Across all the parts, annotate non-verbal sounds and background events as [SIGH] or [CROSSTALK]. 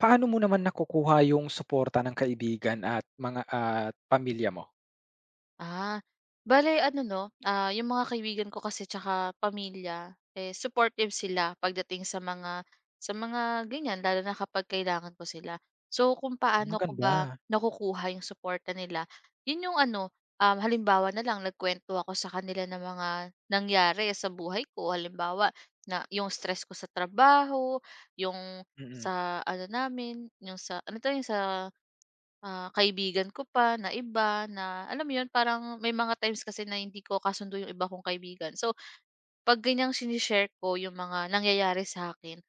Paano mo naman nakukuha yung suporta ng kaibigan at mga at pamilya mo? Ah, Bale ano 'no, yung mga kaibigan ko kasi tsaka pamilya, eh, supportive sila pagdating sa mga ganyan lalo na kapag kailangan ko sila. So, kung paano ko ba Maganda. nakukuha yung suporta nila, yun yung ano, halimbawa na lang nagkuwento ako sa kanila ng mga nangyari sa buhay ko. Halimbawa na yung stress ko sa trabaho, yung Mm. sa ano namin, yung sa ano 'to, yung sa kaibigan ko pa na iba na alam mo 'yun, parang may mga times kasi na hindi ko kasundo yung iba kong kaibigan. So, 'pag ganyang shini ko yung mga nangyayari sa akin,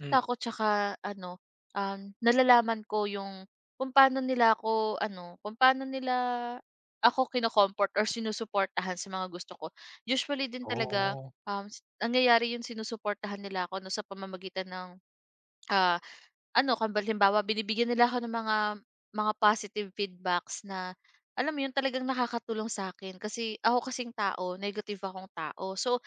Hmm. ko tsaka ano, nalalaman ko yung kung paano nila ako kino-comfort or sinusuportahan sa mga gusto ko. Usually din talaga, Oh. Nangyayari yun sinusuportahan nila ako 'no, sa pamamagitan ng, ah, ano kung halimbawa binibigyan nila ako ng mga positive feedbacks na alam mo yun talagang nakakatulong sa akin. Kasi ako kasing tao, negative akong tao. So,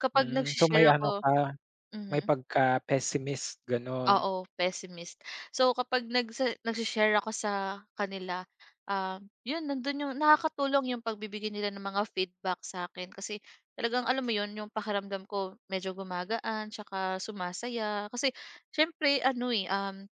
kapag Hmm, so may nagse-share ano ako. ka, Mhm. may pagka-pessimist gano'n? Oo, pessimist. So, kapag nagse-share ako sa kanila, 'yun nandun yung nakakatulong yung pagbibigay nila ng mga feedback sa'kin kasi talagang alam mo 'yun, yung pakiramdam ko medyo gumagaan tsaka sumasaya. Kasi siyempre ano, eh, um,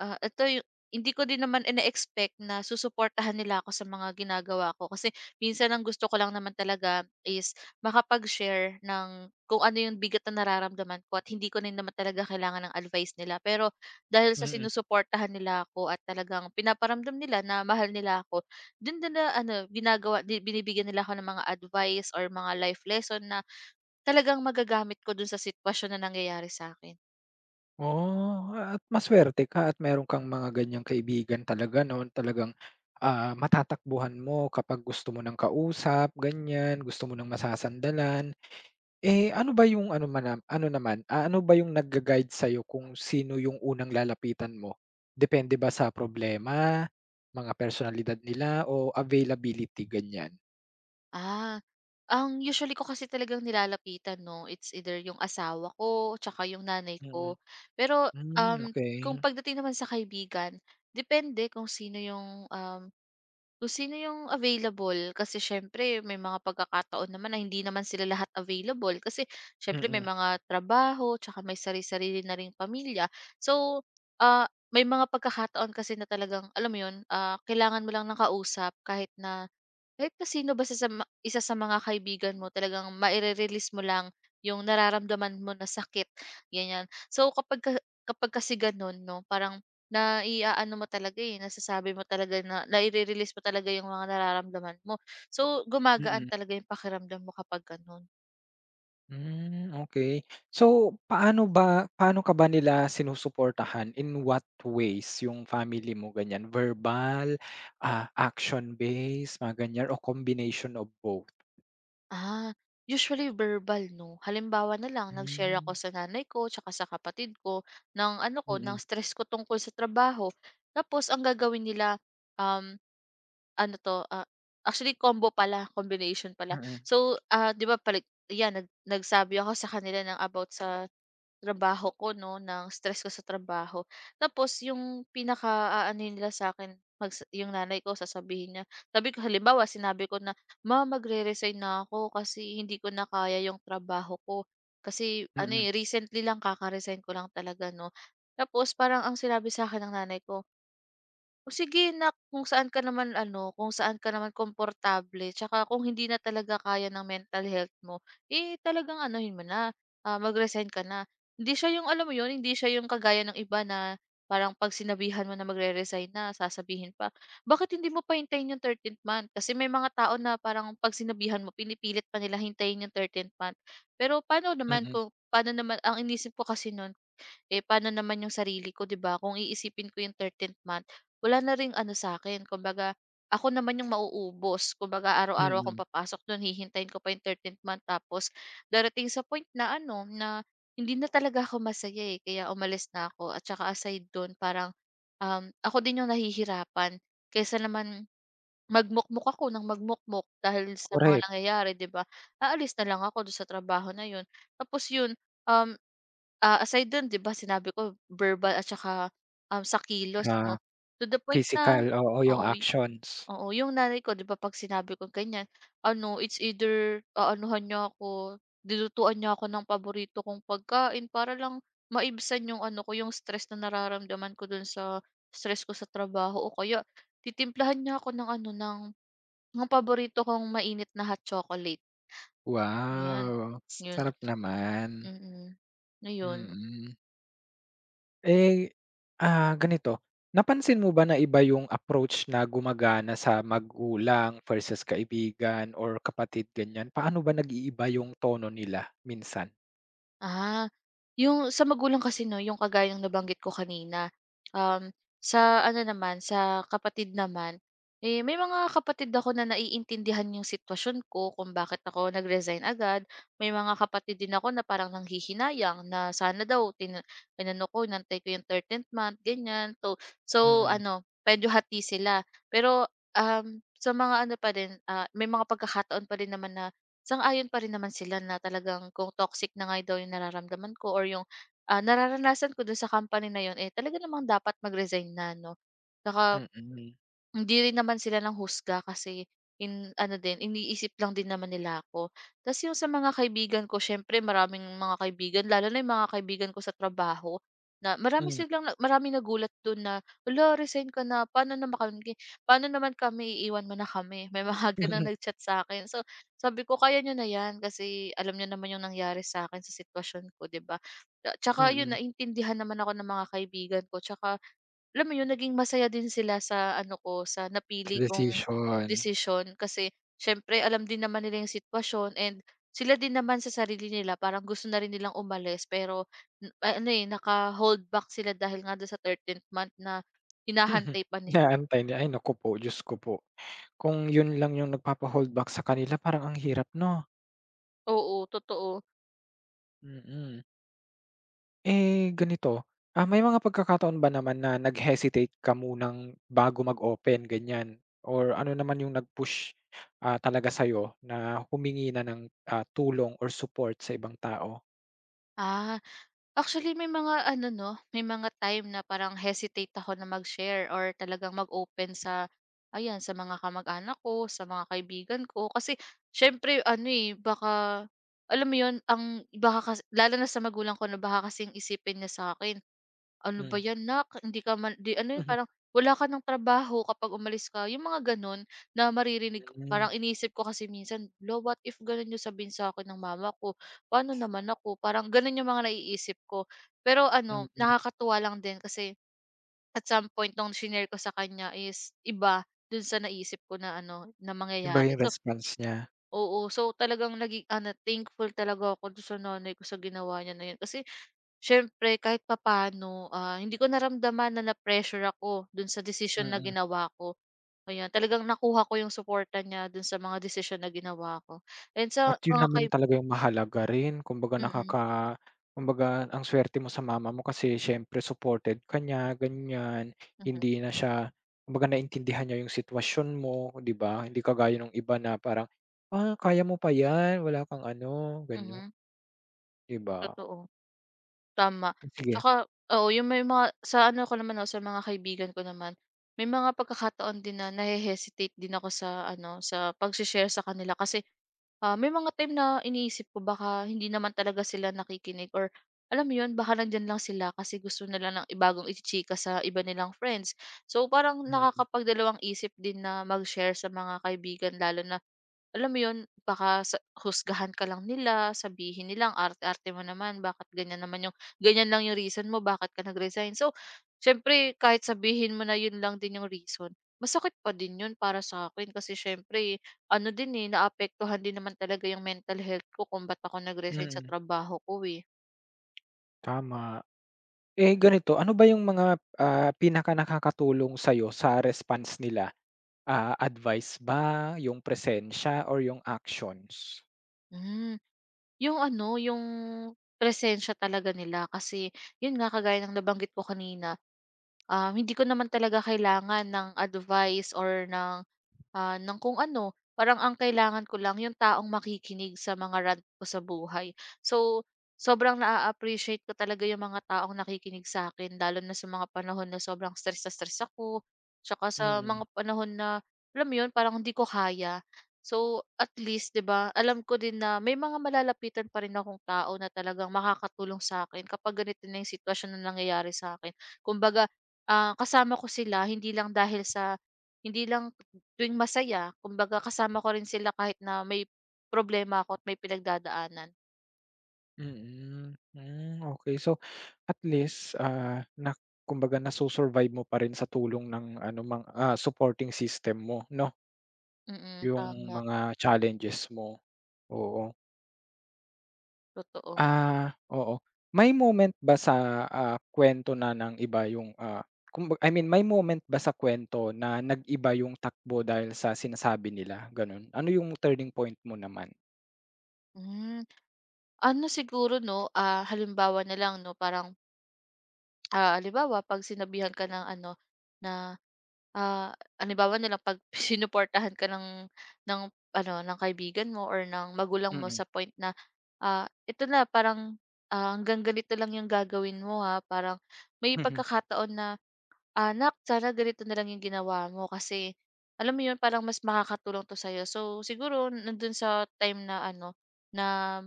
ah, ito yu hindi ko din naman ine-expect na susuportahan nila ako sa mga ginagawa ko kasi minsan ang gusto ko lang naman talaga is makapag-share ng kung ano yung bigat na nararamdaman ko at hindi ko rin naman talaga kailangan ng advice nila. Pero dahil sa Mm. sinusuportahan nila ako at talagang pinaparamdam nila na mahal nila ako, dun din na ano, ginagawa, binibigyan nila ako ng mga advice or mga life lesson na talagang magagamit ko dun sa sitwasyon na nangyayari sa akin. Oh, at masuwerte ka at meron kang mga ganiyang kaibigan talaga 'no, talagang, matatakbuhan mo kapag gusto mo ng kausap, ganiyan, gusto mo ng masasandalan. Eh, ano ba yung ano manam ano naman, ano ba yung nagga-guide sa'yo kung sino yung unang lalapitan mo? Depende ba sa problema, mga personalidad nila o availability, ganyan? Ah, ang usually ko kasi talagang nilalapitan 'no, it's either yung asawa ko tsaka yung nanay Mm. ko. Pero, um, Hmm, kung okey. pagdating naman sa kaibigan, depende kung sino yung available. Kasi siyempre may mga pagkakataon naman na hindi naman sila lahat available kasi siyempre may Mm, mga trabaho tsaka may sarili sarili na ring pamilya. So, ah, may mga pagkakataon kasi na talagang alam mo yun, kailangan mo lang ng kausap kahit na kahit pa sino basta sa ma isa sa mga kaibigan mo talagang maire-release mo lang yung nararamdaman mo na sakit, ganyan. So kapag kasi gano'n 'no, parang naiaano mo talaga, eh, nasasabi mo talaga na naire-release mo talaga yung mga nararamdaman mo. So gumagaan mm. talaga yung pakiramdam mo kapag gano'n. Hmm, okey. So, paano ka ba nila sinusuportahan, in what ways yung family mo, ganyan? Verbal, action based, mga ganyan, o combination of both? Ah, Usually verbal 'no. Halimbawa na lang nag-share ako Hmm. sa nanay ko tsaka sa kapatid ko ng ano ko, ng Mm. stress ko tungkol sa trabaho. Tapos ang gagawin nila, um, ano 'to, actually combo pala, combination pala. Mm, So, 'di ba palit 'yan nagsabi ako sa kanila ng about sa trabaho ko 'no, ng stress ko sa trabaho. Tapos yung pinaka-aanuhin nila sa akin, yung nanay ko sasabihin niya, sabi ko halimbawa sinabi ko na, "Ma, magre-resign na ako kasi hindi ko na kaya yung trabaho ko." Kasi ano, mm. eh, recently lang kaka-resign ko lang talaga 'no. Tapos parang ang sinabi sa'kin ng nanay ko, o sige na kung saan ka naman ano, kung saan ka naman komportable tsaka kung hindi na talaga kaya ng mental health mo, eh, talagang anuhin mo na, mag-resign ka na. Hindi siya yung alam mo yun, hindi siya yung kagaya ng iba na parang 'pag sinabihan mo na magre-resign na sasabihin pa, "Bakit hindi mo pa hintayin yung thirteenth month?" Kasi may mga tao na parang 'pag sinabihan mo pinipilit pa nila hintayin yung thirteenth month. Pero paano naman Mm, kung paano naman ang inisip ko kasi nun, eh, paano naman yung sarili ko, 'di ba? Kung iisipin ko yung thirteenth month, wala na ring ano sa'kin, kumbaga ako naman yung mauubos. Kumbaga araw-araw akong mm, papasok dun, hihintayin ko pa yung thirteenth month tapos darating sa point na ano, na hindi na talaga ako masaya, eh, kaya umalis na ako at saka aside dun parang, ako din yung nahihirapan kaysa naman magmukmok ako ng magmukmok dahil sa mga correct, nangyayari, 'di ba? Aalis na lang ako dun sa trabaho na yun. Tapos yun. Um, Aside dun, 'di ba sinabi ko verbal at saka, sa kilos ah, 'no, to the point na. physical, oo, yung Oo, actions. oo, yung nanay ko 'di ba 'pag sinabi ko ganyan, ano it's either aanuhan niya ako, lulutuan niya ako ng paborito kong pagkain para lang maibsan yung ano ko, yung stress na nararamdaman ko dun sa stress ko sa trabaho o kaya titimplahan niya ako ng ano, ng paborito kong mainit na hot chocolate, 'yan. Wow, Yun. sarap naman. Mm. Yun. Mm. Eh, ganito, napansin mo ba na iba yung approach na gumagana sa magulang versus kaibigan or kapatid, ganyan? Paano ba nag-iiba yung tono nila minsan? Ah, yung sa magulang kasi 'no, yung kagayang nabanggit ko kanina, um, sa ano naman, sa kapatid naman, eh, may mga kapatid ako na naiintindihan yung sitwasyon ko kung bakit ako nag-resign agad. May mga kapatid din ako na parang nanghihinayang na sana daw inano ko, inantay ko yung thirteenth month, ganyan. So Mm, ano, medyo hati sila. Pero, sa mga ano pa rin, may mga pagkakataon pa rin naman na sang-ayon pa rin naman sila na talagang kung toxic na nga daw yung nararamdaman ko or yung, nararanasan ko dun sa company na yun, eh, talaga namang dapat mag-resign na 'no. Tsaka mm, hindi rin naman sila ng husga kasi in ano din, iniisip lang din naman nila ako. Tas yung sa mga kaibigan ko siyempre maraming mga kaibigan lalo na yung mga kaibigan ko sa trabaho na marami hmm, silang maraming nagulat dun na, "Ulo resign ka na, paano naman kami iiwan mo na kami?" May mga [LAUGHS] ganong [LAUGHS] nag-chat sa akin. So, sabi ko, "Kaya nyo na 'yan kasi alam nyo naman yung nangyari sa akin sa sitwasyon ko, 'di ba?" mm, Tsaka yun mm. naintindihan naman ako ng mga kaibigan ko tsaka alam mo yun naging masaya din sila sa ano ko, sa Sa napili kong desisyon. desisyon kasi siyempre alam din naman nila yung sitwasyon and sila din naman sa sarili nila parang gusto na rin nilang umalis pero ano, eh, naka-hold back sila dahil nga do'n sa thirteenth month na [LAUGHS] hinahantay pa nila. Inaantay niya, ay naku po, Diyos ko po. Kung yun lang yung nagpapa-hold back sa kanila parang ang hirap 'no? Oo, totoo. Mm. Eh, ganito, may mga pagkakataon ba naman na nag-hesitate ka munang bago mag-open ganyan or ano naman yung nag-push, talaga sa'yo na humingi na ng, tulong or support sa ibang tao? Ah. Actually, may mga ano 'no, may mga time na parang hesitate ako na mag-share or talagang mag-open sa, ayan, sa mga kamag-anak ko, sa mga kaibigan ko. Kasi siyempre ano, eh, baka alam mo 'yun, ang baka kasi lalo na sa magulang ko 'no, baka kasing isipin niya sa akin, "Ano Hmm. ba 'yan nak, hindi ka man" 'di ano 'yun, Mhm. parang, "Wala ka ng trabaho kapag umalis ka." Yung mga gano'n na maririnig ko. Parang iniisip ko kasi minsan, lo what if gano'n yung sabihin sa akin ng mama ko? Paano naman ako? Parang gano'n yung mga naiisip ko. Pero Hmm, ano, mm. [LAUGHS] nakakatuwa lang din kasi at some point nung shinare ko sa kanya is iba dun sa naisip ko na ano, na Iba mangyayari. yung So, response niya. oo, so talagang naging ano, thankful talaga ako dun sa nanay ko sa ginawa niya na 'yun. Kasi siyempre kahit papaano, hindi ko naramdaman na na-pressure ako dun sa decision na Mm. ginawa ko. Ayan, talagang nakuha ko yung suporta niya dun sa mga decision na ginawa ko. And At sa yun mga naman kay talaga yung mahalaga rin, kumbaga Mm, nakaka kumbaga ang swerte mo sa mama mo kasi siyempre supported ka niya ganyan, mhm, hindi na siya, kumbaga, naintindihan niya yung sitwasyon mo 'di ba? Hindi kagaya ng iba na parang, "Ah, kaya mo pa 'yan wala kang ano," ganun, mhm, 'di ba? totoo. Tama, Sige. tsaka oo yung may mga sa ano ko naman, 'no, sa mga kaibigan ko naman, may mga pagkakataon din na nahe-hesitate din ako sa ano, sa pag share sa kanila kasi may mga time na iniisip ko baka hindi naman talaga sila nakikinig or alam mo 'yun, baka nandiyan lang sila kasi gusto nila ng ibagong ichichika sa iba nilang friends. So, parang Mm, nakakapagdalawang isip din na mag-share sa mga kaibigan lalo na alam mo 'yun, baka sa husgahan ka lang nila, sabihin nilang arte-arte mo naman, bakit ganyan naman yung ganyan lang yung reason mo, bakit ka nag-resign. So, siyempre kahit sabihin mo na 'yun lang din yung reason, masakit pa din 'yun para sa akin kasi siyempre ano din, eh, naapektuhan din naman talaga yung mental health ko kung ba't ako nag-resign sa mm, trabaho ko, eh. tama. Eh, ganito, ano ba yung mga, pinaka nakakatulong sa'yo sa response nila? Advice ba, yung presensya or yung actions? Hmm, yung ano, yung presensya talaga nila kasi yun nga kagaya ng nabanggit ko kanina, hindi ko naman talaga kailangan ng advice or ng kung ano. Parang ang kailangan ko lang yung taong makikinig sa mga rant ko sa buhay. So, sobrang na appreciate ko talaga yung mga taong nakikinig sa akin, lalo na sa mga panahon na sobrang stress na stress ako, tsaka sa Mm, mga panahon na, alam mo yun, parang hindi ko kaya. So, at least, di ba, alam ko din na may mga malalapitan pa rin akong tao na talagang makakatulong sa akin kapag ganito na yung sitwasyon na nangyayari sa akin. Kumbaga, kasama ko sila, hindi lang tuwing masaya kumbaga kasama ko rin sila kahit na may problema ako at may pinagdadaanan. mm. Hmm, okey. So, at least, na, kumbaga, nasu-survive mo pa rin sa tulong ng ano mang supporting system mo 'no, Mm, yung tama, mga challenges mo, oo. totoo. Ah, oo. May moment ba sa, kuwento na ng iba yung, I mean, may moment ba sa kwento na nag-iba yung takbo dahil sa sinasabi nila, gano'n? Ano yung turning point mo naman? Hmm. Ano siguro 'no, halimbawa na lang 'no parang, halimbawa 'pag sinabihan ka ng ano na, ah, halimbawa na lang 'pag [LAUGHS] sinuportahan ka ng ano ng kaibigan mo or ng magulang mo Mm. sa point na, "Ito na parang, hanggang ganito lang yung gagawin mo ha." Parang may [LAUGHS] pagkakataon na, "Anak, sana ganito na lang yung ginawa mo kasi alam mo yun parang mas makakatulong 'to sa'yo." So, siguro nandun sa time na ano, na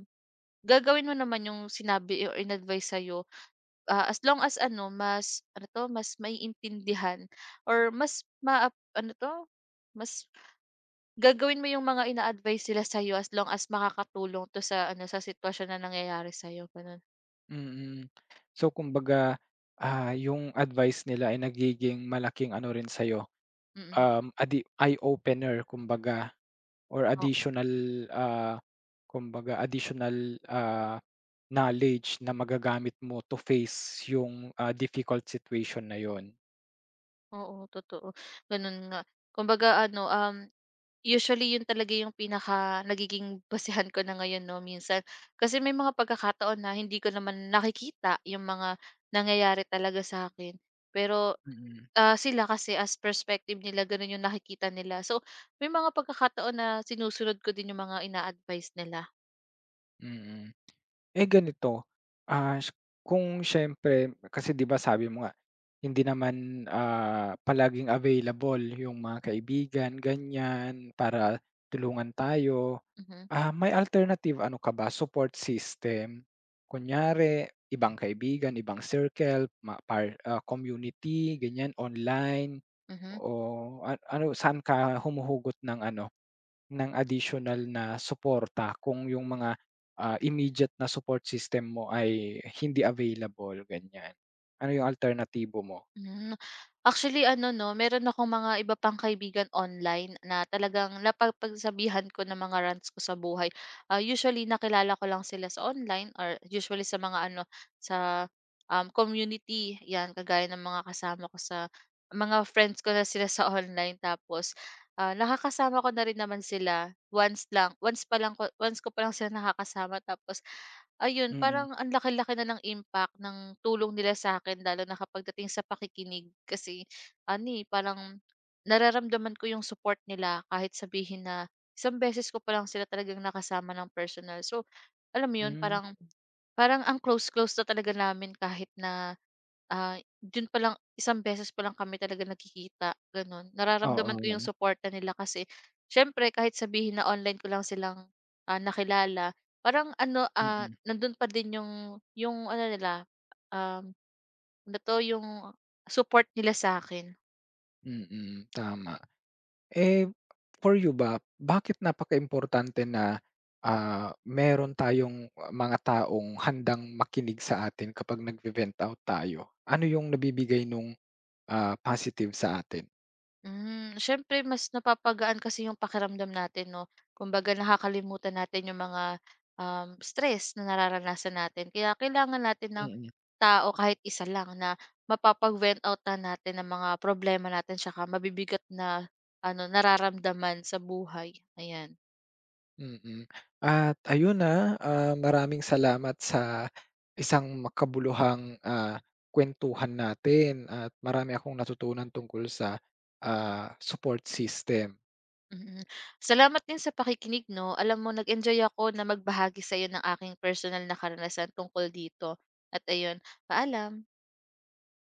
gagawin mo naman yung sinabi or in-advice sa'yo, as long as ano mas ano 'to, mas maiintindihan or mas ano 'to, mas gagawin mo yung mga ina-advice nila sa'yo as long as makakatulong 'to sa ano, sa sitwasyon na nangyayari sa'yo, ganun. Mm. So, kumbaga, yung advice nila ay nagiging malaking ano rin sa'yo, Mm. Eye opener, kumbaga, or additional, ah, kumbaga additional, knowledge na magagamit mo to face yung, difficult situation na yon. Oo, totoo. Ganun nga. Kumbaga ano, usually yun talaga yung pinaka nagiging basehan ko na ngayon 'no, minsan. Kasi may mga pagkakataon na hindi ko naman nakikita yung mga nangyayari talaga sa akin. Pero, Mm, sila kasi as perspective nila ganun yung nakikita nila. So, may mga pagkakataon na sinusunod ko din yung mga ina-advice nila. mm. Eh, ganito, ah, s- kung siyempre kasi, 'di ba, sabi mo nga, hindi naman, palaging available yung mga kaibigan, ganyan, para tulungan tayo. Mhm, May alternative ano ka ba, support system? Kunyari, ibang kaibigan, ibang circle, ma par community, ganyan, online? mhm. O, ano, saan ka humuhugot ng ano, ng additional na suporta kung yung mga, immediate na support system mo ay hindi available, ganyan? Ano yung alternatibo mo? Hmm. Actually ano 'no, meron akong mga iba pang kaibigan online na talagang napapagsabihan ko ng mga rants ko sa buhay. Usually nakilala ko lang sila sa online or usually sa mga ano, sa, community, 'yan kagaya ng mga kasama ko sa mga friends ko na sila sa online. Tapos, nakakasama ko na rin naman sila once lang, once ko pa lang sila nakakasama tapos. Ayun, Mm, parang ang laki-laki na ng impact ng tulong nila sa'kin lalo na kapag dating sa pakikinig kasi ano, eh, parang nararamdaman ko yung support nila kahit sabihin na isang beses ko pa lang sila talagang nakasama ng personal. So, alam mo yun, hmm, parang Parang ang close-close na talaga namin kahit na, dun palang isang beses palang kami talaga nagkikita, ganun. Nararamdaman ko yung oo, suporta nila kasi siyempre kahit sabihin na online ko lang silang, nakilala, parang ano, mm, nandun pa din yung ano nila, um, ano 'to, yung support nila sa akin. mm, tama. Eh, for you ba, bakit napakaimportante na, meron tayong mga taong handang makinig sa atin kapag nagve-vent out tayo? Ano yung nabibigay nung, positive sa atin? Siyempre mas napapagaan kasi yung pakiramdam natin 'no. Kumbaga nakakalimutan natin yung mga, stress na nararanasan natin kaya kailangan natin ng Mm. tao kahit isa lang na mapapag-vent out na natin ang mga problema natin tsaka mabibigat na ano, nararamdaman sa buhay, ayan. Mm. At ayun, na, maraming salamat sa isang makabuluhang, kuwentuhan natin at marami akong natutunan tungkol sa, support system. Mm. Mm. Salamat din sa pakikinig 'no, alam mo nag-enjoy ako na magbahagi sa sa'yo ng aking personal na karanasan tungkol dito at ayun, paalam.